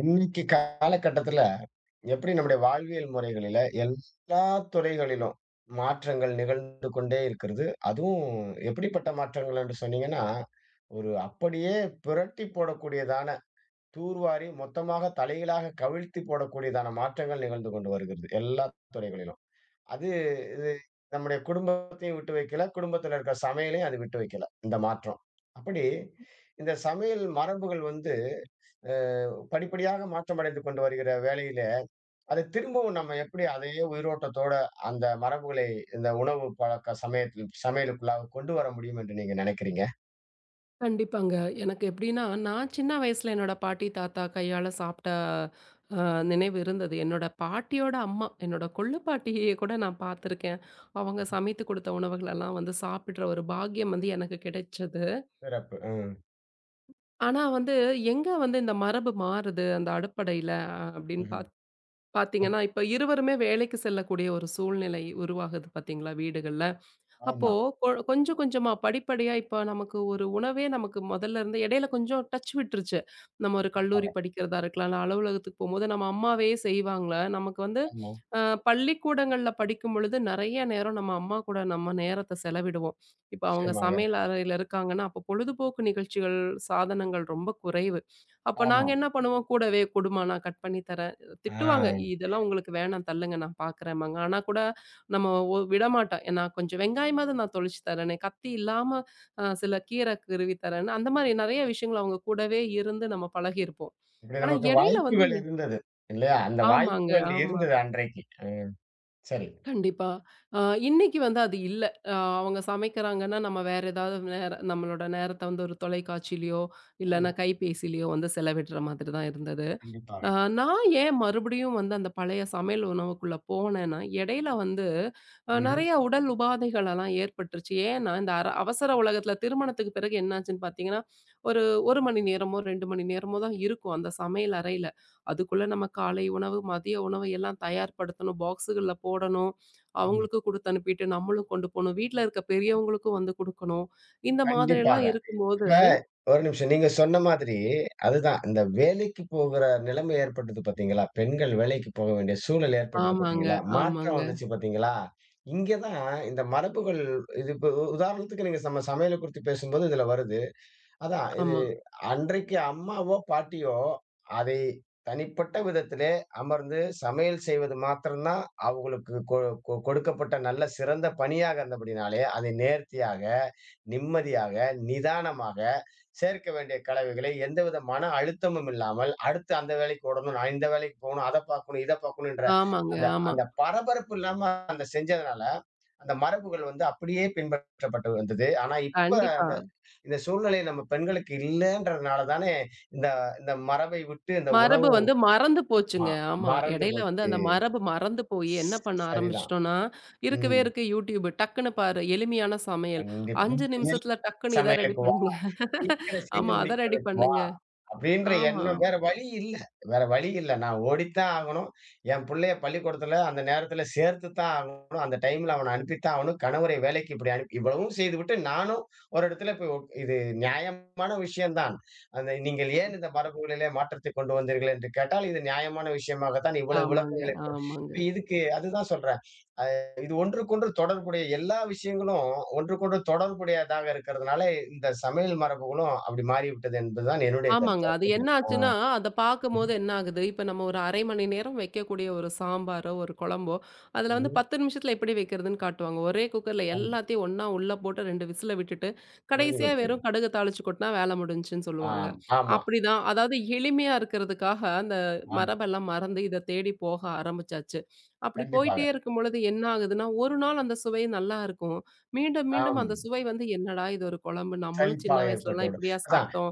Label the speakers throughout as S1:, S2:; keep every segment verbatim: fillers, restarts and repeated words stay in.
S1: இன்னைக்கு காலகட்டத்துல எப்படி நம்முடைய வாழ்வியல் முறைகளில எல்லா துறைகளிலும் மாற்றங்கள் நிகழ்ந்து கொண்டே இருக்கிறது. அதுவும் எப்படிப்பட்ட மாற்றங்கள் என்று சொன்னீங்கன்னா, ஒரு அப்படியே புரட்டி போடக்கூடியதான, தூர்வாரி மொத்தமாக தலைகீழாக கவிழ்த்தி போடக்கூடியதான மாற்றங்கள் நிகழ்ந்து கொண்டு வருகிறது. எல்லா துறைகளிலும். அது இது நம்முடைய குடும்பத்தையும் விட்டு வைக்கல. குடும்பத்தில இருக்கிற சமையலையும் அது விட்டு வைக்கல, இந்த மாற்றம். அப்படி இந்த சமையல் மரபுகள் வந்து அஹ் படிப்படியாக மாற்றமடைந்து கொண்டு வருகிற வேளையில அதை திரும்பவும் நம்ம எப்படி அதையே உயிரோட்டத்தோட அந்த மரபுகளை இந்த உணவு பழக்க சமயத்தில் சமையலுக்குள்ளாக கொண்டு வர முடியும் என்று நீங்க நினைக்கிறீங்க?
S2: கண்டிப்பாங்க. எனக்கு எப்படின்னா, நான் சின்ன வயசுல என்னோட பாட்டி, தாத்தா கையால சாப்பிட்ட அ நினைவு இருந்தது. என்னோட பாட்டியோட அம்மா, என்னோட கொள்ளு பாட்டிய கூட நான் பார்த்துருக்கேன். அவங்க சமைத்து கொடுத்த உணவுகளெல்லாம் வந்து சாப்பிடுற ஒரு பாக்கியம் வந்து எனக்கு கிடைச்சது.
S1: சிறப்பு. ம்.
S2: ஆனா வந்து, எங்க வந்து இந்த மரபு மாறுது அந்த அடுப்படையில அஹ், அப்படின்னு
S1: ம்ஹும்.
S2: பாத்
S1: ம்.
S2: பார்த்தீங்கன்னா, இப்ப இருவருமே வேலைக்கு செல்லக்கூடிய ஒரு சூழ்நிலை உருவாகுது பார்த்தீங்களா வீடுகள்ல. அப்போ
S1: ஆமா.
S2: கொ கொஞ்சம் கொஞ்சமா படிப்படியா இப்ப நமக்கு ஒரு உணவே நமக்கு முதல்ல இருந்து இடையில கொஞ்சம் டச் விட்டுருச்சு. நம்ம ஒரு
S1: ஆமா.
S2: கல்லூரி படிக்கிறதா இருக்கலாம், இல்ல அலுவலகத்துக்கு போம்போது நம்ம அம்மாவே செய்வாங்க. நமக்கு வந்து
S1: ஆமா.
S2: அ பள்ளிக்கூடங்கள்ல படிக்கும்பொழுது நெறைய நேரம் நம்ம அம்மா கூட நம்ம நேரத்த செலவிடுவோம். இப்ப அவங்க
S1: நிச்சயமாக.
S2: சமையல் அறையில இருக்காங்கன்னா, அப்போ பொழுதுபோக்கு நிகழ்ச்சிகள், சாதனங்கள் ரொம்ப குறைவு. அப்ப
S1: ஆமா.
S2: நாங்க என்ன பண்ணுவோம், கூடவே குடும்மா நான் கட் பண்ணி தரேன். திட்டுவாங்க.
S1: ஆஹ்.
S2: இதெல்லாம் உங்களுக்கு வேணாம் தள்ளுங்க நான் பார்க்குறேம்பாங்க. ஆனா கூட நம்ம ஒ விடமாட்டோம். நான் கொஞ்சம் வெங்காயமாவது நான் தொளிச்சு தரேனே, கத்தி இல்லாம அ சில கீரை குருவி தரேன்னு, அந்த மாரி நெறைய விஷயங்கள் அவங்க கூடவே இருந்து நம்ம பழகியிருப்போம்.
S1: இப்படி
S2: ஆனா
S1: நமக்கு
S2: இடையில வந்து
S1: வாய்ப்புகள்
S2: இ-
S1: இருந்தது இல்லையா? அந்த
S2: ஆமாங்க,
S1: வாய்ப்புகள்
S2: ஆமா.
S1: இருந்தது அன்றைக்கு. சரி.
S2: கண்டிப்பா. அ இன்னைக்கு வந்து அது இல்ல. அ அவங்க சமைக்கிறாங்கன்னா, நம்ம வேற ஏதாவது நேர நம்மளோட நேரத்த வந்து ஒரு தொலைக்காட்சியிலயோ, இல்லன்னா
S1: ம்.
S2: கைபேசியிலயோ வந்து செலவிடுற மாதிரி தான் இருந்தது.
S1: கண்டிப்பாக.
S2: அ நான் ஏன் மறுபடியும் வந்து அந்த பழைய சமையல் உணவுக்குள்ள போனேன்னா, இடையில வந்து அ
S1: ம்ஹும்.
S2: நெறைய உடல் உபாதைகள் எல்லாம் ஏற்பட்டுருச்சு. ஏன்னா, இந்த அர அவசர உலகத்துல திருமணத்துக்கு பிறகு என்னாச்சுன்னு பார்த்தீங்கன்னா, ஒரு 1 மணி நேரமோ, இரண்டு மணி நேரமோ தான் இருக்கும் அந்த சமையல் அறையில. அதுக்குள்ள நம்ம காலை உணவு, மதிய உணவு எல்லாம் தயார்படுத்தணும். பாக்ஸுகள்ல போடணும்.
S1: ஆமா.
S2: அவங்களுக்கு குடுத்து அனுப்பிட்டு நம்மளும் கொண்டு போணும். வீட்ல இருக்க பெரியவங்களுக்கும் வந்து குடுக்கணும். இந்த
S1: கண்டிப்பாக.
S2: மாதிரியெல்லாம் இருக்கும்போது
S1: இப்ப ஒரு நிமிஷம். நீங்க சொன்ன மாதிரி, அதுதான் இந்த வேலைக்கு போகிற நிலைமை ஏற்பட்டது பார்த்தீங்களா? பெண்கள் வேலைக்கு போக வேண்டிய சூழல் ஏற்பட்டது
S2: ஆமாங்க,
S1: பார்த்தீங்களா? மாற்றம்
S2: ஆமாங்க,
S1: வந்துச்சு பார்த்தீங்களா? இங்க தான் இந்த மரபுகள் இது இப்ப உதாரணத்துக்கு நீங்க நம்ம சமையல குறித்து பேசும்போது இதுல வருது. அதான் இது
S2: ஆமா,
S1: அன்றைக்கு அம்மாவோ, பாட்டியோ அதை தனிப்பட்ட விதத்திலே அமர்ந்து சமையல் செய்வது மாத்திரம் தான் அவங்களுக்கு கொ கொ கொடுக்கப்பட்ட நல்ல சிறந்த பணியாக இருந்தபடினாலே, அதை நேர்த்தியாக, நிம்மதியாக, நிதானமாக சேர்க்க வேண்டிய கலவைகளை எந்தவித மன அழுத்தமும் இல்லாமல், அடுத்து அந்த வேலைக்கு ஓடணும், நான் இந்த வேலைக்கு போகணும், அத பார்க்கணும், இத பார்க்கணுன்ற
S2: ஆமாங்க,
S1: அந்த
S2: ஆமா.
S1: அந்த பரபரப்பு இல்லாம அந்த செஞ்சதுனால, அந்த மரபுகள் வந்து அப்படியே பின்பற்றப்பட்டு வந்தது. ஆனா இப்ப
S2: கண்டிப்பா.
S1: இந்த சூழ்நிலை நம்ம பெண்களுக்கு இல்லன்றதுனால தானே, இந்த இந்த மரபை விட்டு இந்த
S2: மரபு
S1: உணவு
S2: வந்து மறந்து
S1: ம
S2: போச்சுங்க. ஆமா.
S1: மறந்து
S2: இடையில வந்து
S1: போச்சு.
S2: அந்த மரபு மறந்து போயி என்ன பண்ண
S1: சரிதான்.
S2: ஆரம்பிச்சுட்டோம்னா, இருக்கவே
S1: ம்.
S2: இருக்கு YouTube. டக்குனு பாரு, எளிமையான சமையல்.
S1: கண்டிப்பா.
S2: ஐந்து நிமிஷத்துல டக்குனு இத ரெடி
S1: சமையலுக்கு
S2: பண்ணுங்க.
S1: சீக்கிரம் செய்து
S2: ஆமா, அத ரெடி
S1: முடிக்கிறதுக்கு வா!
S2: பண்ணுங்க.
S1: அப்டின்ற
S2: ஆமா,
S1: எண்ணம்
S2: ஆமா.
S1: வேற வழி இல்ல. வேற வழி இல்ல. நான் ஓடித்தான் ஆகணும். என் புள்ளைய பள்ளிக்கூடத்துல அந்த நேரத்துல சேர்த்து தான் ஆகணும். அந்த டைம்ல அவன அனுப்பித்தான் ஆகணும். கணவரை வேலைக்கு இப்படி அனுப்பி இவ்வளவும் செய்துவிட்டு நானும் ஒரு இடத்துல போய் உக் இது நியாயமான விஷயம் தான். அந்த நீங்கள் ஏன் இந்த மரபுகளிலே மாற்றத்தை கொண்டு வந்தீர்கள் என்று கேட்டால், இது நியாயமான விஷயமாக தான் இவ்வளவு
S2: ஆமாங்க,
S1: விளக்கங்களை கொடு
S2: ஆமாங்க.
S1: இப்ப இதுக்கு அதுதான் சொல்றேன். இது ஒன்றுக்கொன்று தொடர்புடைய எல்லா விஷயங்களும் ஒன்றுக்கொன்று தொடர்புடையதாக இருக்கிறதுனால, இந்த சமையல் மரபுகளும் அப்படி மாறிவிட்டது என்பதுதான் என்னுடைய
S2: ஆமாங்க.
S1: கருத்து.
S2: அது என்ன
S1: அற்புதம். ஆ.
S2: ஆச்சுன்னா, அத
S1: ம்ஹ்ம்.
S2: பார்க்கும்போது என்ன ஆகுது, இப்ப நம்ம ஒரு அரை மணி நேரம் வைக்கக்கூடிய ஒரு சாம்பாரோ, ஒரு குழம்போ, அதுல வந்து
S1: ம்ஹ்ம்.
S2: பத்து நிமிஷத்துல எப்படி வைக்கிறதுன்னு காட்டுவாங்க. ஒரே குக்கர்ல
S1: ஆம்.
S2: எல்லாத்தையும் ஒண்ணா உள்ள போட்டு இரண்டு விசில விட்டுட்டு,
S1: முடிஞ்சு
S2: கடைசியா
S1: போச்சு.
S2: வெறும் கடுகு தாளிச்சு கொட்டுனா வேல முடிஞ்சுச்சுன்னு சொல்லுவாங்க.
S1: ஆம். ஆமா.
S2: அப்படிதான் அதாவது எளிமையா இருக்கிறதுக்காக அந்த
S1: ஆம்.
S2: மரபெல்லாம் மறந்து இத தேடி போக ஆரம்பிச்சாச்சு. அப்படி
S1: கண்டிப்பாக.
S2: போயிட்டே இருக்கும் பொழுது என்ன ஆகுதுன்னா, ஒரு நாள் அந்த சுவை நல்லா இருக்கும். மீண்டும், மீண்டும்
S1: ஆம்.
S2: அந்த சுவை வந்து, "என்னடா இது ஒரு குழம்பு, நம்மளும் சின்ன
S1: சலிப்பாக
S2: வயசுலலாம்
S1: ஏற்பட்டுவிடும்.
S2: இப்படியா
S1: அதான்.
S2: சாப்பிட்டோம்?"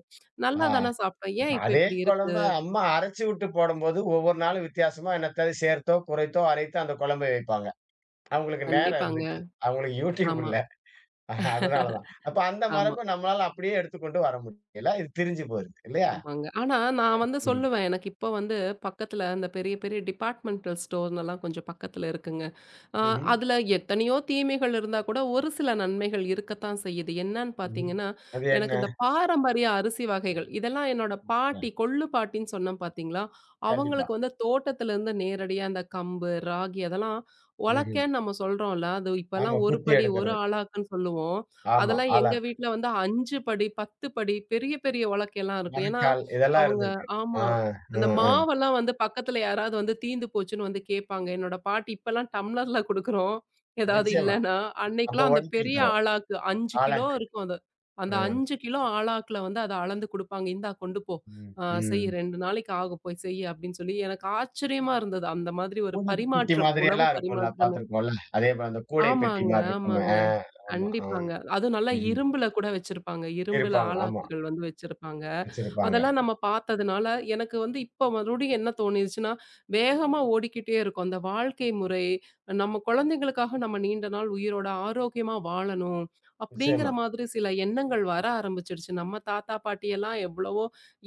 S1: ஆ.
S2: நல்லா தான சாப்பிட்டோம்.
S1: இப்ப
S2: ஏன் இப்ப
S1: அதே
S2: இப்படி
S1: குழம்ப
S2: இருக்கு?
S1: அம்மா அரைச்சு விட்டு போடும்போது, ஒவ்வொரு நாளும் வித்தியாசமா என்னத்த சேர்த்தோ, குறைத்தோ, அரைத்தோ அந்த குழம்பை வைப்பாங்க. அவங்களுக்கு நேரம்
S2: கண்டிப்பாங்க.
S1: இருந்துச்சு. அவங்களுக்கு Youtube
S2: ஆமா,
S1: இல்ல. அஹ், அதனாலதான். அப்ப அந்த
S2: ஆமா,
S1: மரப நம்மளால அப்படியே எடுத்துக்கொண்டு வர முடியல. இது பிரிஞ்சு போயிருது இல்லையா?
S2: ஆமாங்க. ஆனா நான் வந்து
S1: ம்ஹ்ம்.
S2: சொல்லுவேன். எனக்கு இப்போ வந்து பக்கத்துல இந்த பெரிய, பெரிய டிபார்ட்மெண்டல் ஸ்டோர்னெல்லாம் கொஞ்சம் பக்கத்துல இருக்குங்க. அ
S1: ம்ஹ்ம்.
S2: அதுல எத்தனையோ தீமைகள் இருந்தா கூட ஒரு சில நன்மைகள் இருக்கத்தான் செய்யுது. என்னன்னு
S1: ம்.
S2: பார்த்தீங்கன்னா,
S1: அது என்ன?
S2: எனக்கு இந்த பாரம்பரிய அரிசி வகைகள் இதெல்லாம் என்னோட
S1: அ.
S2: பாட்டி, கொள்ளு பாட்டின்னு சொன்னேன் பார்த்தீங்களா?
S1: கண்டிப்பா.
S2: அவங்களுக்கு வந்து தோட்டத்திலேருந்து நேரடியா அந்த கம்பு, ராகி அதெல்லாம்
S1: ம்ஹ்ம்.
S2: உலக்கைன்னு நம்ம சொல்றோம்ல. அது இப்பலாம்
S1: ஆமா.
S2: ஒரு
S1: குத்தி
S2: படி ஒரு
S1: எடுக்கிறது.
S2: ஆழாக்குன்னு சொல்லுவோம்.
S1: ஆமா.
S2: அதெல்லாம் எங்க
S1: ஆலாக்கு.
S2: வீட்ல வந்து ஐந்து படி, பத்து படி பெரிய பெரிய உலக்கைலாம் இருக்கும். ஏன்னா,
S1: மரக்கால் இதெல்லாம்
S2: அவங்க
S1: இருந்திருக்கு. ஆ.
S2: ஆமா.
S1: அ.
S2: அந்த
S1: அ.
S2: மாவெல்லாம் வந்து பக்கத்துல யாராவது வந்து தீந்து போச்சுன்னு வந்து கேட்பாங்க. என்னோட பாட்டி இப்பலாம் டம்ளர்ல குடுக்குறோம். ஏதாவது
S1: நிச்சயமா.
S2: இல்லன்னா,
S1: அப்ப
S2: அன்னைக்கெல்லாம் அந்த
S1: ஒழுக்கி
S2: பெரிய
S1: தரும்.
S2: ஆளாக்கு ஐந்து கிலோ
S1: ஆலாக்கு.
S2: இருக்கும் அது. அந்த
S1: அ.
S2: ஐந்து கிலோ ஆளாக்குல வந்து அத அளந்து குடுப்பாங்க. "இந்தா கொண்டு போ.
S1: ம்.
S2: அ செய்
S1: ம்.
S2: இரண்டு நாளைக்கு ஆகும் போய் செய்" அப்படின்னு சொல்லி எனக்கு ஆச்சரியமா இருந்தது. அந்த மாதிரி ஒரு
S1: கூடை பெட்டி
S2: பரிமாற்றம்,
S1: மாதிரி
S2: உணவு
S1: எல்லாம் இருக்கும்ல
S2: பரிமாற்றமே.
S1: பார்த்திருக்கோம்ல. அதே போல அந்த கூடை பெட்டி
S2: ஆமாங்க,
S1: மாரி இருக்குமே.
S2: ஆமாங்க.
S1: ஆ. ஆமா. ஆம்.
S2: கண்டிப்பாங்க. அதுவும் நல்லா
S1: ம்ஹ்ம்.
S2: இரும்புல கூட வச்சிருப்பாங்க. இரும்புல
S1: இருப்பாங்க. ஆமா.
S2: ஆளாக்குகள் வந்து வச்சிருப்பாங்க.
S1: வச்சிருப்பாங்க.
S2: அதெல்லாம் நம்ம பார்த்ததுனால, எனக்கு வந்து இப்ப மறுபடியும் என்ன தோணிருச்சுன்னா, வேகமா ஓடிக்கிட்டே இருக்கோம். அந்த வாழ்க்கை முறை, நம்ம குழந்தைங்களுக்காக நம்ம நீண்ட நாள் உயிரோட ஆரோக்கியமா வாழணும். அப்படிங்கிற
S1: நிச்சயமா.
S2: மாதிரி சில எண்ணங்கள் வர ஆரம்பிச்சிருச்சு. நம்ம தாத்தா, பாட்டியெல்லாம் எவ்வளவோ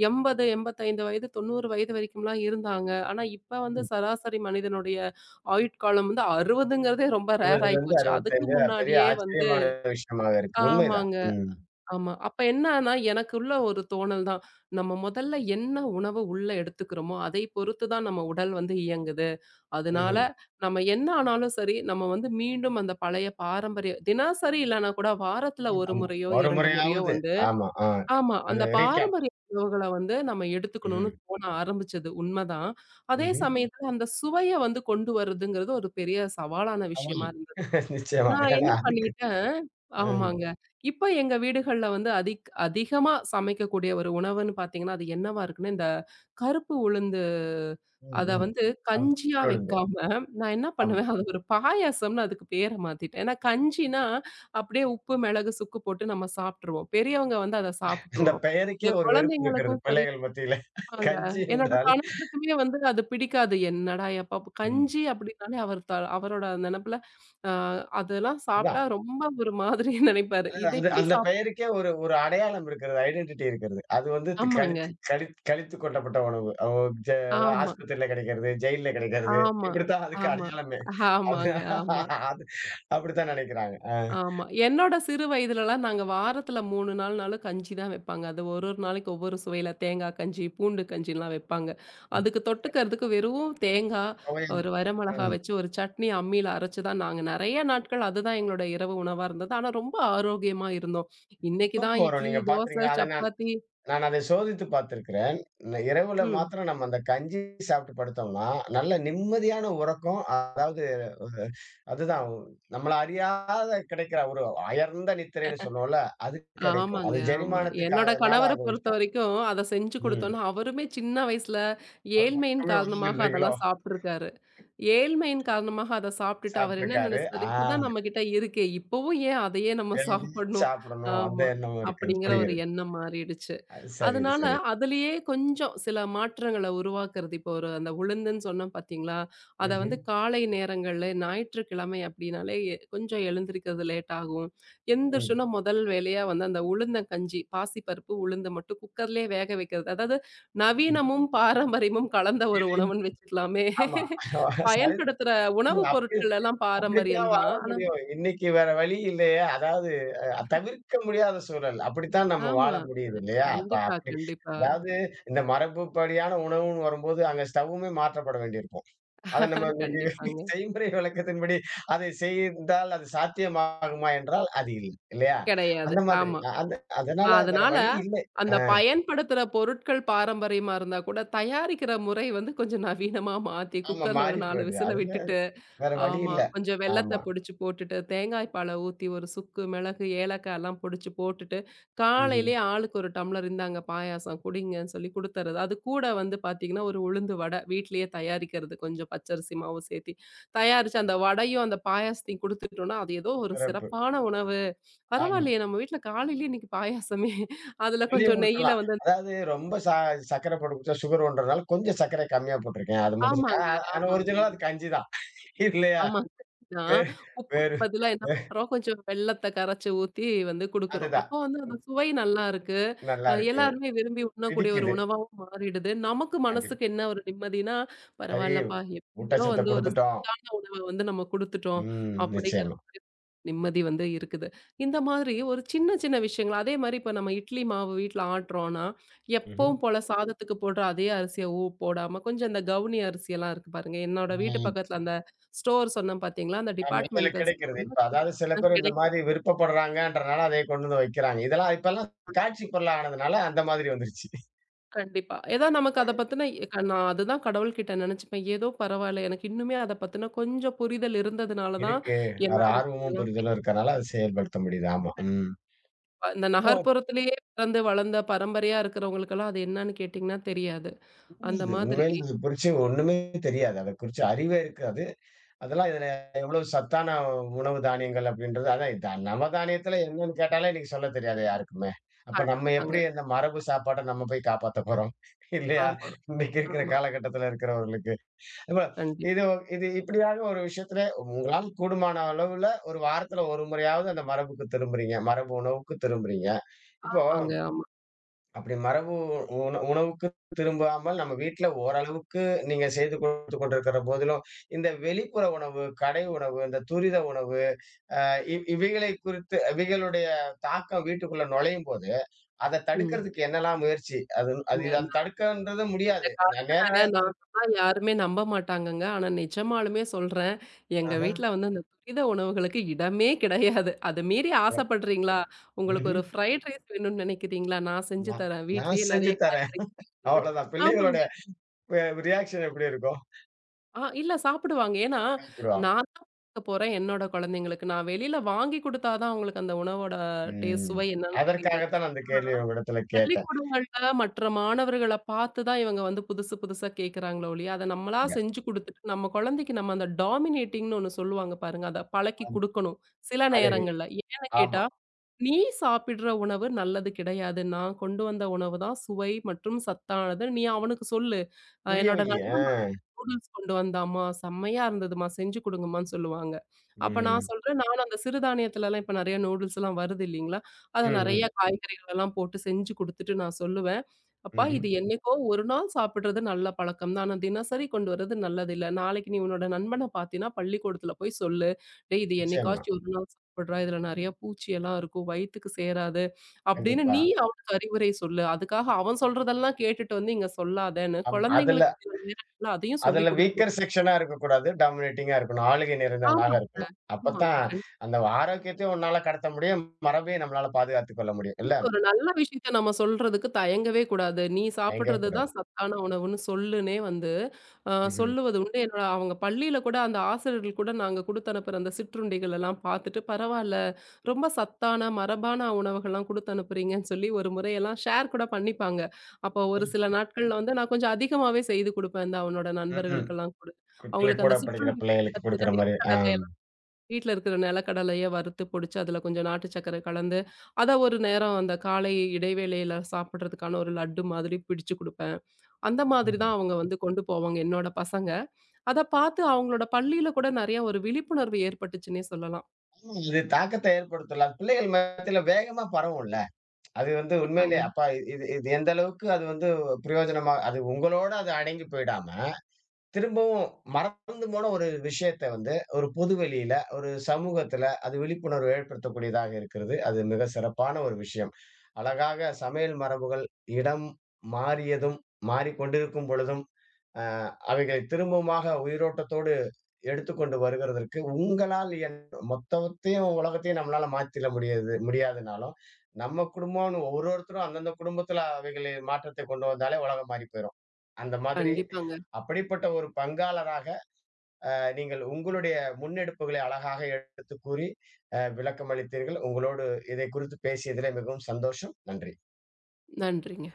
S2: எண்பது, எண்பத்தி ஐந்து வயது, தொண்ணூறு வயது வரைக்கும்லாம் இருந்தாங்க. ஆனா, இப்ப வந்து சராசரி மனிதனுடைய ஆயுட்காலம் வந்து அறுபதுங்கிறதே ரொம்ப ரேர் ஆயி
S1: இருபதிலிருந்து
S2: போச்சு. அதுக்கு
S1: அறுபத்தி ஐந்து அது பெரிய
S2: முன்னாடியே வந்து
S1: ஆச்சரியமான விஷயமாக இருக்கு. உண்மைதான்.
S2: ஆமாங்க.
S1: ம்.
S2: ஆமா. அப்ப என்னன்னா, எனக்குள்ள ஒரு தோணல் தான். நம்ம முதல்ல என்ன உணவு உள்ள எடுத்துக்கிறோமோ, அதை பொறுத்து தான் நம்ம உடல் வந்து இயங்குது. அதனால
S1: ம்ஹ்ம்.
S2: நம்ம என்ன ஆனாலும் சரி, நம்ம வந்து மீண்டும் அந்த பழைய பாரம்பரிய தினசரி இல்லன்னா கூட வாரத்துல
S1: ம்.
S2: ஒரு
S1: ஆமா.
S2: முறையோ,
S1: ஒரு
S2: இரண்டு முறையோ
S1: முறையாவது.
S2: வந்து
S1: ஆமா. ஆ.
S2: ஆமா. அந்த
S1: அது ரீகேப்.
S2: பாரம்பரிய உணவுகள வந்து நம்ம எடுத்துக்கணும்னு
S1: ம்.
S2: தோண ஆரம்பிச்சது உண்மதான். அதே
S1: ம்ஹ்ம்.
S2: சமயத்துல அந்த சுவைய வந்து கொண்டு வரதுங்கிறது ஒரு பெரிய சவாலான
S1: ஆமாங்க.
S2: விஷயமா இருந்தது.
S1: நிச்சயமா.
S2: நான்
S1: ஏன்னா
S2: என்ன
S1: அதுக்கு
S2: பண்ணிட்டேன்
S1: ம்.
S2: ஆமாங்க. இப்ப எங்க வீடுகள்ல வந்து அதிக் அதிகமா சமைக்கக்கூடிய ஒரு உணவுன்னு பார்த்தீங்கன்னா, அது என்னவா இருக்குன்னா, இந்த கருப்பு உளுந்து
S1: ம்.
S2: அத
S1: ம்.
S2: வந்து
S1: ஆமா.
S2: கஞ்சியா
S1: கூழோடும்பு.
S2: வைக்காம, நான் என்ன
S1: ஆமா.
S2: பண்ணுவேன், அது ஒரு பாயாசம்னு அதுக்கு பேர மாத்திட்டேன். ஏன்னா கஞ்சின்னா, அப்படியே உப்பு, மிளகு, சுக்கு போட்டு நம்ம சாப்ட்டுருவோம். பெரியவங்க வந்து அத
S1: இந்த
S2: சாப்ட்டுருவோம்.
S1: பெயருக்கே
S2: இந்த
S1: ஒரு வெறுப்பு இருக்கிறது
S2: குழந்தைங்களுக்கும் சரி
S1: பிள்ளைகள் மத்தியில.
S2: ஆமாங்க.
S1: கஞ்சி
S2: என்னோட
S1: என்றால்
S2: கணவருக்குமே வந்து அது பிடிக்காது. என்னடா எப்ப ப்
S1: ம்.
S2: கஞ்சி அப்டின்னாலே அவர் த அவரோட நெனப்புல அ அதெல்லாம் சாப்ட்டா ரொம்ப ஒரு மாதிரி நெனைப்பாரு.
S1: இல்ல
S2: இத
S1: அது
S2: இப்டி
S1: அந்த
S2: சாப்
S1: பெயருக்கே ஒரு ஒரு அடையாளம் இருக்கிறது. ஐடென்டிட்டி இருக்கிறது. அது வந்து து கழித்து
S2: ஆமாங்க.
S1: கழித் கழித்து கொட்டப்பட்ட உணவு. ஓ. ஜ. அதான்
S2: ஆமா,
S1: ஆஸ்பத்திரியில கிடைக்கிறது, ஜெயில்ல கிடைக்கிறது.
S2: ஆமா,
S1: இப்படித்தான் அதுக்கு
S2: ஆமா,
S1: அடையாளமே. அது
S2: ஆமாங்க, ஆமா.
S1: அது அப்படித்தான் நினைக்கிறாங்க. அ.
S2: ஆமா. என்னோட சிறு வயதுலலாம் நாங்க வாரத்துல மூன்று நாள்னாலும் கஞ்சி தான் வைப்பாங்க. அது ஒரு ஒரு நாளைக்கு ஒவ்வொரு சுவையில தேங்கா கஞ்சி, பூண்டு கஞ்சிலாம் வைப்பாங்க. அதுக்கு தொட்டுக்கிறதுக்கு வெறும் தேங்கா,
S1: ம்.
S2: ஒரு வரமிளகா
S1: ம்.
S2: வச்சு ஒரு சட்னி அம்மியில அரைச்சு தான் நாங்க நெறைய நாட்கள் அதுதான் எங்களோட இரவு உணவா இருந்தது. ஆனா ரொம்ப ஆரோக்கியமா இருந்தோம். இன்னைக்கு தான்
S1: தூக்கம் வரும்.
S2: இட்லி,
S1: நீங்க
S2: தோசை,
S1: பார்த்திருங்களா? அத
S2: சப்பாத்தி
S1: நான் அதை சோதித்து பார்த்திருக்கிறேன். ந இரவுல
S2: ம்.
S1: மாத்திரம் நம்ம அந்த கஞ்சி சாப்பிட்டு படுத்தோம்னா, நல்ல நிம்மதியான உறக்கம். அதாவது ஒரு அதுதான் ஒ- நம்மள அறியாத கிடைக்கிற ஒரு அயர்ந்த நித்திரைன்னு சொல்லுவோம்ல, அது கிடைக்கும்.
S2: ஆமாங்க,
S1: அது
S2: ஆமா. என்னோட
S1: ஜெரிமானத்துக்காகனால
S2: கணவர
S1: ஆக
S2: பொறுத்த
S1: விஷயம்.
S2: வரைக்கும் அத செஞ்சு
S1: ம்.
S2: குடுத்தோம்னா, அவருமே சின்ன வயசுல
S1: அவரு
S2: ஏழ்மையின்
S1: பக்கமே
S2: காரணமாக
S1: வரலன்றீங்களோ?
S2: அதெல்லாம் சாப்ட்டுருக்காரு. ஏழ்மையின் காரணமாக அத சாப்பிட்டுட்டு அவர் என்ன
S1: சாப்பிட்டுருக்காரு.
S2: நினைச்சாரு,
S1: ஆ.
S2: இப்பதான் நம்ம கிட்ட இருக்கே, இப்பவும் ஏன் அதையே நம்ம சாப்பிடணும்?
S1: சாப்பிடணும். அந்த
S2: ஆமா.
S1: எண்ணமும் இருக்குது.
S2: அப்படிங்கிற ஒரு
S1: புரிகிறது.
S2: எண்ணம் மாறிடுச்சு.
S1: அது சரி, இது
S2: அதனால
S1: சரி.
S2: அதுலயே கொஞ்சம் சில மாற்றங்கள உருவாக்குறது. இப்போ ஒரு அந்த உளுந்துன்னு சொன்னேன் பார்த்தீங்களா? அத
S1: ம்ஹ்ம்.
S2: வந்து காலை நேரங்கள்ல ஞாயிற்றுக்கிழமை அப்படின்னாலே எ- கொஞ்சம் எழுந்திரிக்கிறது லேட் ஆகும்.
S1: ம்.
S2: எந்திரிச்சோன்னா முதல் வேலையா வந்து அந்த உளுந்தங்கஞ்சி, பாசிப்பருப்பு, உளுந்து மட்டும் குக்கர்லயே வேக வைக்கிறது. அதாவது நவீனமும், பாரம்பரியமும் கலந்த ஒரு
S1: இது
S2: உணவுன்னு வச்சுக்கலாமே.
S1: ஆமா. சரி.
S2: பயன்படுத்துற உணவு
S1: அப்பயே
S2: பொருட்கள் எல்லாம் பாரம்பரியம்
S1: அப்படித்தான் வாழ
S2: தான். ஆனா
S1: முடியும். இன்னைக்கு வேற வழி இல்லையே. அதாவது அ தவிர்க்க முடியாத சூழல். அப்படித்தான் நம்ம வாழ
S2: ஆமா.
S1: முடியுது இல்லையா? அப்ப
S2: கண்டிப்பா,
S1: அப்படி
S2: கண்டிப்பா.
S1: அதாவது இந்த மரபுப்படியான உணவுன்னு வரும்போது அங்க ஸ்டவ்வுமே மாற்றப்பட வேண்டியிருக்கும். அத நம்ம இன்னைக்கு
S2: கண்டிப்பாங்க.
S1: செய்முறை விளக்கத்தின்படி அதை செய்தால் அது சாத்தியமாகுமா என்றால் அது இல்லை. இல்லையா?
S2: கிடையாது.
S1: அந்த மாதிரி.
S2: ஆமா.
S1: அ அந்த அதனால வேற
S2: அதனால,
S1: வழி இல்லை.
S2: அந்த
S1: அ
S2: பயன்படுத்துற பொருட்கள் பாரம்பரியமா இருந்தா கூட, தயாரிக்கிற முறை வந்து கொஞ்சம் நவீனமா மாத்தி,
S1: ஆமா
S2: குக்கர்ல ஒரு
S1: மாறி
S2: நான்கு
S1: போயிடுது.
S2: விசில
S1: அதுல
S2: விட்டுட்டு,
S1: வேற வழி
S2: ஆமா.
S1: இல்ல.
S2: கொஞ்சம் வெல்லத்த
S1: ஆமா.
S2: பொடிச்சு போட்டுட்டு, தேங்காய் பால ஊத்தி, ஒரு சுக்கு, மிளகு, ஏலக்காய்லாம் பொடிச்சு போட்டுட்டு,
S1: ம்ஹ்ம்.
S2: காலையிலயே ஆளுக்கு ஒரு டம்ளர் இந்தாங்க பாயாசம் குடிங்கன்னு சொல்லி குடுத்துறது. அது கூட வந்து பாத்தீங்கன்னா, ஒரு உளுந்து வடை வீட்லயே தயாரிக்கிறது. கொஞ்சம் பச்சரிசி மாவு சேத்தி, தயாரிச்சு அந்த வடையும், அந்த பாயாசத்தையும் குடுத்துட்டோம்னா, அது ஏதோ ஒரு
S1: சிறப்பு.
S2: சிறப்பான உணவு.
S1: ஆமா.
S2: பரவாயில்லையே! நம்ம வீட்ல காலையிலேயே இன்னைக்கு பாயாசமே. அதுல
S1: வெளிய
S2: கொஞ்சம் நெய்யில
S1: குடுத்துடலாம்.
S2: வந்து
S1: அதாவது ரொம்ப ச சர்க்கரை போட்டு குடிச்சா சுகர் வருன்றதுனால கொஞ்சம் சர்க்கரை கம்மியா போட்டுருக்கேன். அது மட்டும் சொ- ஆ
S2: ஆமாங்க,
S1: ஆ, ஆனா
S2: ஆமாங்க,
S1: ஒரிஜினலா அது கஞ்சி தான். இல்லையா?
S2: ஆமாங்க. நான்
S1: வேறு
S2: உப்புக்கு
S1: வேறு
S2: பதிலா என்ன
S1: வே
S2: பண்றோம், கொஞ்சம் வெல்லத்த கரைச்சு ஊத்தி வந்து குடுக்குறோம்.
S1: அதுதான்.
S2: அப்போ வந்து அந்த சுவை நல்லா இருக்கு. அ
S1: நல்லா இருக்கு.
S2: எல்லாருமே விரும்பி உண்ணக்கூடிய ஒரு
S1: பிடிக்குது.
S2: உணவாவும் மாறிடுது. நமக்கு
S1: கண்டிப்பா.
S2: மனசுக்கு என்ன ஒரு நிம்மதினா,
S1: சரி.
S2: பரவாயில்லப்பா எப்படியோ
S1: ஊட்டச்சத்த
S2: வந்து ஒரு
S1: குடுத்துட்டோம்.
S2: உணவ வந்து நம்ம குடுத்துட்டோம்
S1: ம்.
S2: அப்படிங்கிற
S1: நிச்சயமா.
S2: மாதிரி நிம்மதி வந்து இருக்குது. இந்த மாதிரி ஒரு சின்ன, சின்ன விஷயங்கள் அதே மாரி இப்ப நம்ம இட்லி மாவு வீட்ல ஆட்டுறோம்னா,
S1: ம்ஹ்ம்.
S2: எப்பவும் போல சாதத்துக்கு போடுற அதே அரிசிய ஊ போடாம கொஞ்சம் இந்த கவுனி அரிசியெல்லாம் இருக்கு பாருங்க. என்னோட வீட்டு
S1: ம்.
S2: பக்கத்துல அந்த ஸ்டோர் சொன்னேன் பார்த்தீங்களா? அந்த
S1: ஆமா. இதுல
S2: டிபார்ட்மெண்டல்
S1: கிடைக்கிறது.
S2: ஸ்டோர்ல
S1: இப்ப
S2: கொஞ்சம்
S1: அதாவது சில பேர் இந்த
S2: கிடைக்கும்.
S1: மாரி விருப்பப்படுறாங்கன்றனால அதையே கொண்டு வந்து வைக்கிறாங்க. இதெல்லாம் இப்பல்லாம் காட்சி பொருளா ஆனதுனால அந்த மாதிரி வந்துருச்சு.
S2: கண்டிப்பா. ஏதோ நமக்கு அத பத்தின க- நான் அதுதான் கடவுள்கிட்ட நெனச்சுப்பேன். ஏதோ பரவால்ல எனக்கு இன்னுமே அத பத்தின கொஞ்சம் புரிதல் இருந்ததுனால தான்
S1: இருக்கு. ஒரு
S2: என்னால
S1: ஆர்வமும் புரிதலும் இருக்கனால அத செயல்படுத்த முடியுது. ஆமா. ம்.
S2: ப- இந்த
S1: இப்போ
S2: நகர்ப்புறத்திலேயே பிறந்து வளர்ந்த பரம்பரையா இருக்கிறவங்களுக்கெல்லாம் அது என்னன்னு கேட்டீங்கன்னா தெரியாது. அந்த
S1: புரியுது.
S2: மாதிரி
S1: உண்மையிலே இது குறிச்சு ஒண்ணுமே தெரியாது. அத குறிச்சு அறிவே இருக்காது. அதெல்லாம் இதுல எவ்வளவு சத்தான உணவு தானியங்கள் அப்படின்றது அதான் இது நவதானியத்துல என்னன்னு கேட்டாலே இன்னைக்கு சொல்லத் தெரியாது யாருக்குமே. அப்ப நம்ம
S2: கண்டிப்பாங்க.
S1: எப்படி அந்த மரபு சாப்பாட்ட நம்ம போய் காப்பாத்தப் போறோம்? இல்லையா?
S2: ஆமா,
S1: இன்னைக்கு இருக்கிற
S2: ஆமா.
S1: காலகட்டத்துல இருக்கிறவர்களுக்கு. இப்ப இது
S2: கண்டிப்பா.
S1: இது இப்படியாக ஒரு விஷயத்துல உங்களால கூடுமான அளவுல ஒரு வாரத்துல ஒரு முறையாவது அந்த மரபுக்கு திரும்புறீங்க. மரபு உணவுக்கு திரும்புறீங்க. இப்போ
S2: ஆமாங்க, ஆமா.
S1: அப்படி மரபு உண உணவுக்கு திரும்பாமல் நம்ம வீட்ல ஓரளவுக்கு நீங்க செய்து குடுத்து கொண்டிருக்கிற போதிலும், இந்த வெளிப்புற உணவு, கடை உணவு, இந்த துரித உணவு அ இ இவைகளை குறித்து இவைகளுடைய தாக்கம் வீட்டுக்குள்ள நுழையும்போது, அத
S2: ம்.
S1: தடுக்கிறதுக்கு என்னலாம் முயற்சி? அது
S2: ஏங்க
S1: அது அத
S2: நான்
S1: தடுக்கன்றது
S2: இந்த
S1: முடியாது. நே
S2: கால
S1: நேரடியா
S2: நான்
S1: தடுக்
S2: சொன்னா யாருமே நம்ப மாட்டாங்கங்க. ஆனா நிஜமாலுமே சொல்றேன். எங்க
S1: ஆஹா.
S2: வீட்ல வந்து அந்த துரித உணவுகளுக்கு இடமே கிடையாது. அத மீறி
S1: ம்.
S2: ஆசைப்படுறீங்களா? உங்களுக்கு
S1: ம்ஹ்ம்.
S2: ஒரு ஃப்ரைட் ரைஸ் வேணும்னு நினைக்கிறீங்களா? நான் செஞ்சு
S1: நான்
S2: தரேன்.
S1: நான்
S2: வீட்லயே
S1: செஞ்சு
S2: நெறைய
S1: தரேன்.
S2: காய்கறி
S1: அவ்வளோதான். பிள்ளைங்களோட
S2: ஆமாங்க.
S1: வே ரியாக்ஷன் எப்படி இருக்கும்?
S2: ஆ இல்ல சாப்பிடுவாங்க. ஏன்னா,
S1: பயப்படுவாங்க.
S2: நான் தான் குடுக்க போறேன் என்னோட குழந்தைங்களுக்கு. நான் வெளியில வாங்கி குடுத்தா தான் அவங்களுக்கு அந்த உணவோட டேஸ்ட்,
S1: ம்.
S2: சுவை என்னன்னு தெரியுது.
S1: அதற்காக தான் அந்த
S2: ஆனா,
S1: கேள்விய உங்களிடத்துல கேட்டேன்.
S2: பள்ளிக்கூடங்கள்ல மற்ற மாணவர்கள பார்த்து தான் இவங்க வந்து புதுசு புதுசா கேட்கறாங்களோ ஒழிய, அத நம்மளா
S1: இங்க,
S2: செஞ்சு குடுத்துட்டு நம்ம குழந்தைக்கு நம்ம அந்த டாமினேட்டிங்ன்னு ஒண்ணு சொல்லுவாங்க பாருங்க. அத பழக்கி
S1: ஆம்,
S2: குடுக்கணும். சில
S1: அழுகை.
S2: நேரங்கள்ல. ஏன்னு
S1: ஆமா.
S2: கேட்டா, "நீ சாப்பிடுற உணவு நல்லது கிடையாது. நான் கொண்டு வந்த உணவு தான் சுவை மற்றும் சத்தானது. நீ அவனுக்கு சொல்லு. அ
S1: புரிய
S2: என்னோட
S1: வையி. ஆ.
S2: நண்பன் நூடுல்ஸ் கொண்டு வந்தாம்மா, செம்மையா இருந்ததும்மா, செஞ்சு குடுங்கம்மான்னு சொல்லுவாங்க. அப்ப நான்
S1: ம்.
S2: சொல்றேன், நானும் அந்த சிறுதானியத்துலலாம் இப்ப நெறைய நூடுல்ஸ்லாம் வருது இல்லீங்களா? அத
S1: ம்.
S2: நெறைய
S1: ம்.
S2: காய்கறிகளெல்லாம் போட்டு செஞ்சு குடுத்துட்டு நான் சொல்லுவேன். "அப்பா,
S1: ம்ஹ்ம்.
S2: இது என்னைக்கோ ஒரு நாள் சாப்பிடுறது நல்ல பழக்கம் தான். ஆனா தினசரி கொண்டு வர்றது நல்லதில்ல. நாளைக்கு நீ உன்னோட நண்பன பார்த்தீன்னா, பள்ளிக்கூடத்துல போய் சொல்லு. டேய் இது
S1: நிச்சயமா.
S2: என்னைக்காச்சும் ஒரு நாள் சாப்பிடுறா, இதுல நெறைய பூச்சியெல்லாம் இருக்கும். வயித்துக்கு சேராது." அப்படின்னு
S1: கண்டிப்பா.
S2: நீ அவனுக்கு அறிவுரை சொல்லு. அதுக்காக அவன் சொல்றதெல்லாம் கேட்டுட்டு வந்து இங்க சொல்லாதேன்னு,
S1: அம் அதுல
S2: குழந்தைங்களுக்கு இல்ல அதையும்
S1: அதுல
S2: சொல்லிக் குடுக்கணும்.
S1: வீக்கர் செக்ஷனா இருக்கக்கூடாது. டாமினேட்டிங்கா இருக்கணும். ஆளுகை
S2: ஆமா,
S1: நிறைந்தவனாக இருக்கணும்.
S2: ஆமா.
S1: அப்பத்தான் அந்த ஆரோக்கியத்தையும் உன்னால கடத்த முடியும். மரபையும் நம்மளால பாதுகாத்துக் கொள்ள முடியும். இல்ல?
S2: கண்டிப்பா ஒரு நல்ல விஷயத்த நம்ம சொல்றதுக்கு தயங்கவே கூடாது. நீ
S1: தயங்கவே
S2: சாப்பிடுறது
S1: கூடாது.
S2: தான் சத்தான உணவுன்னு சொல்லுன்னே வந்து அ
S1: ம்ஹ்ம்.
S2: சொல்லுவது உண்டு. என்னோட அவங்க பள்ளியில கூட அந்த ஆசிரியர்கள் கூட நாங்க குடுத்து அனுப்புற அந்த சிற்றுண்டிகள் எல்லாம் பார்த்துட்டு, பரவால்ல ரொம்ப சத்தான, மரபான உணவுகள்லாம் குடுத்து அனுப்புறீங்கன்னு சொல்லி ஒரு முறையெல்லாம் ஷேர் கூட பண்ணிப்பாங்க. அப்போ ஒரு சில நாட்கள்ல வந்து நான் கொஞ்சம் அதிகமாவே செய்து குடுப்பேன். இந்த அவனோட
S1: ம். ம்.
S2: நண்பர்களுக்கெல்லாம் கூட.
S1: பிள்ளை
S2: அவங்களுக்கு
S1: கூட
S2: அந்த
S1: படிக்கிற
S2: சிற்றுண்டி
S1: பிள்ளைகளுக்கு குடுக்கிற மாரி. ஆ.
S2: பார்த்தீங்கன்னா வீட்ல இருக்கிற நிலக்கடலைய வறுத்து பொடிச்சு, அதுல கொஞ்சம் நாட்டு சர்க்கரை கலந்து, அத ஒரு நேரம் அந்த காலை இடைவேளையில சாப்பிடுறதுக்கான ஒரு லட்டு மாதிரி பிடிச்சு குடுப்பேன். அந்த மாதிரி
S1: ம்ஹ்ம்.
S2: தான் அவங்க வந்து கொண்டு போவாங்க என்னோட பசங்க. அத பார்த்து அவங்களோட பள்ளியில கூட நெறைய ஒரு விழிப்புணர்வு ஏற்பட்டுச்சுன்னே சொல்லலாம்.
S1: ம். இது தாக்கத்த ஏற்படுத்தல. பிள்ளைகள் மத்தியில வேகமா பரவும்ல. அது வந்து உண்மையிலே
S2: கண்டிப்பாங்க.
S1: அப்பா இது இது எந்த அளவுக்கு அது வந்து பிரயோஜனமா அது உங்களோட அது அடங்கி போயிடாம திரும்பவும் மறந்து போன ஒரு விஷயத்த வந்து, ஒரு பொது வெளியில, ஒரு சமூகத்துல அது விழிப்புணர்வு ஏற்படுத்தக்கூடியதாக இருக்கிறது. அது மிக சிறப்பான ஒரு விஷயம். அழகாக சமையல் மரபுகள் இடம் மாறியதும், மாறிக்கொண்டிருக்கும் பொழுதும், அ அவைகளை திரும்பவுமாக உயிரோட்டத்தோடு எடுத்துக்கொண்டு வருகிறதற்கு, உங்களால் என் மொத்தத்தையும் உலகத்தையும் நம்மளால மாத்திட முடியாது முடியாதுனாலும், நம்ம குடும்பம்னு ஒரு ஒருத்தரும் அந்தந்த குடும்பத்துல அவைகளை மாற்றத்தை கொண்டு வந்தாலே உலகம் மாறிப் போயிரும். அந்த மாதிரி
S2: கண்டிப்பாங்க.
S1: அப்படிப்பட்ட ஒரு பங்காளராக அ நீங்கள் உங்களுடைய முன்னெடுப்புகளை அழகாக எடுத்துக் கூறி, அ விளக்கம் அளித்தீர்கள். உங்களோடு இதை குறித்து பேசியதிலே மிகவும் சந்தோஷம். நன்றி.
S2: நன்றிங்க.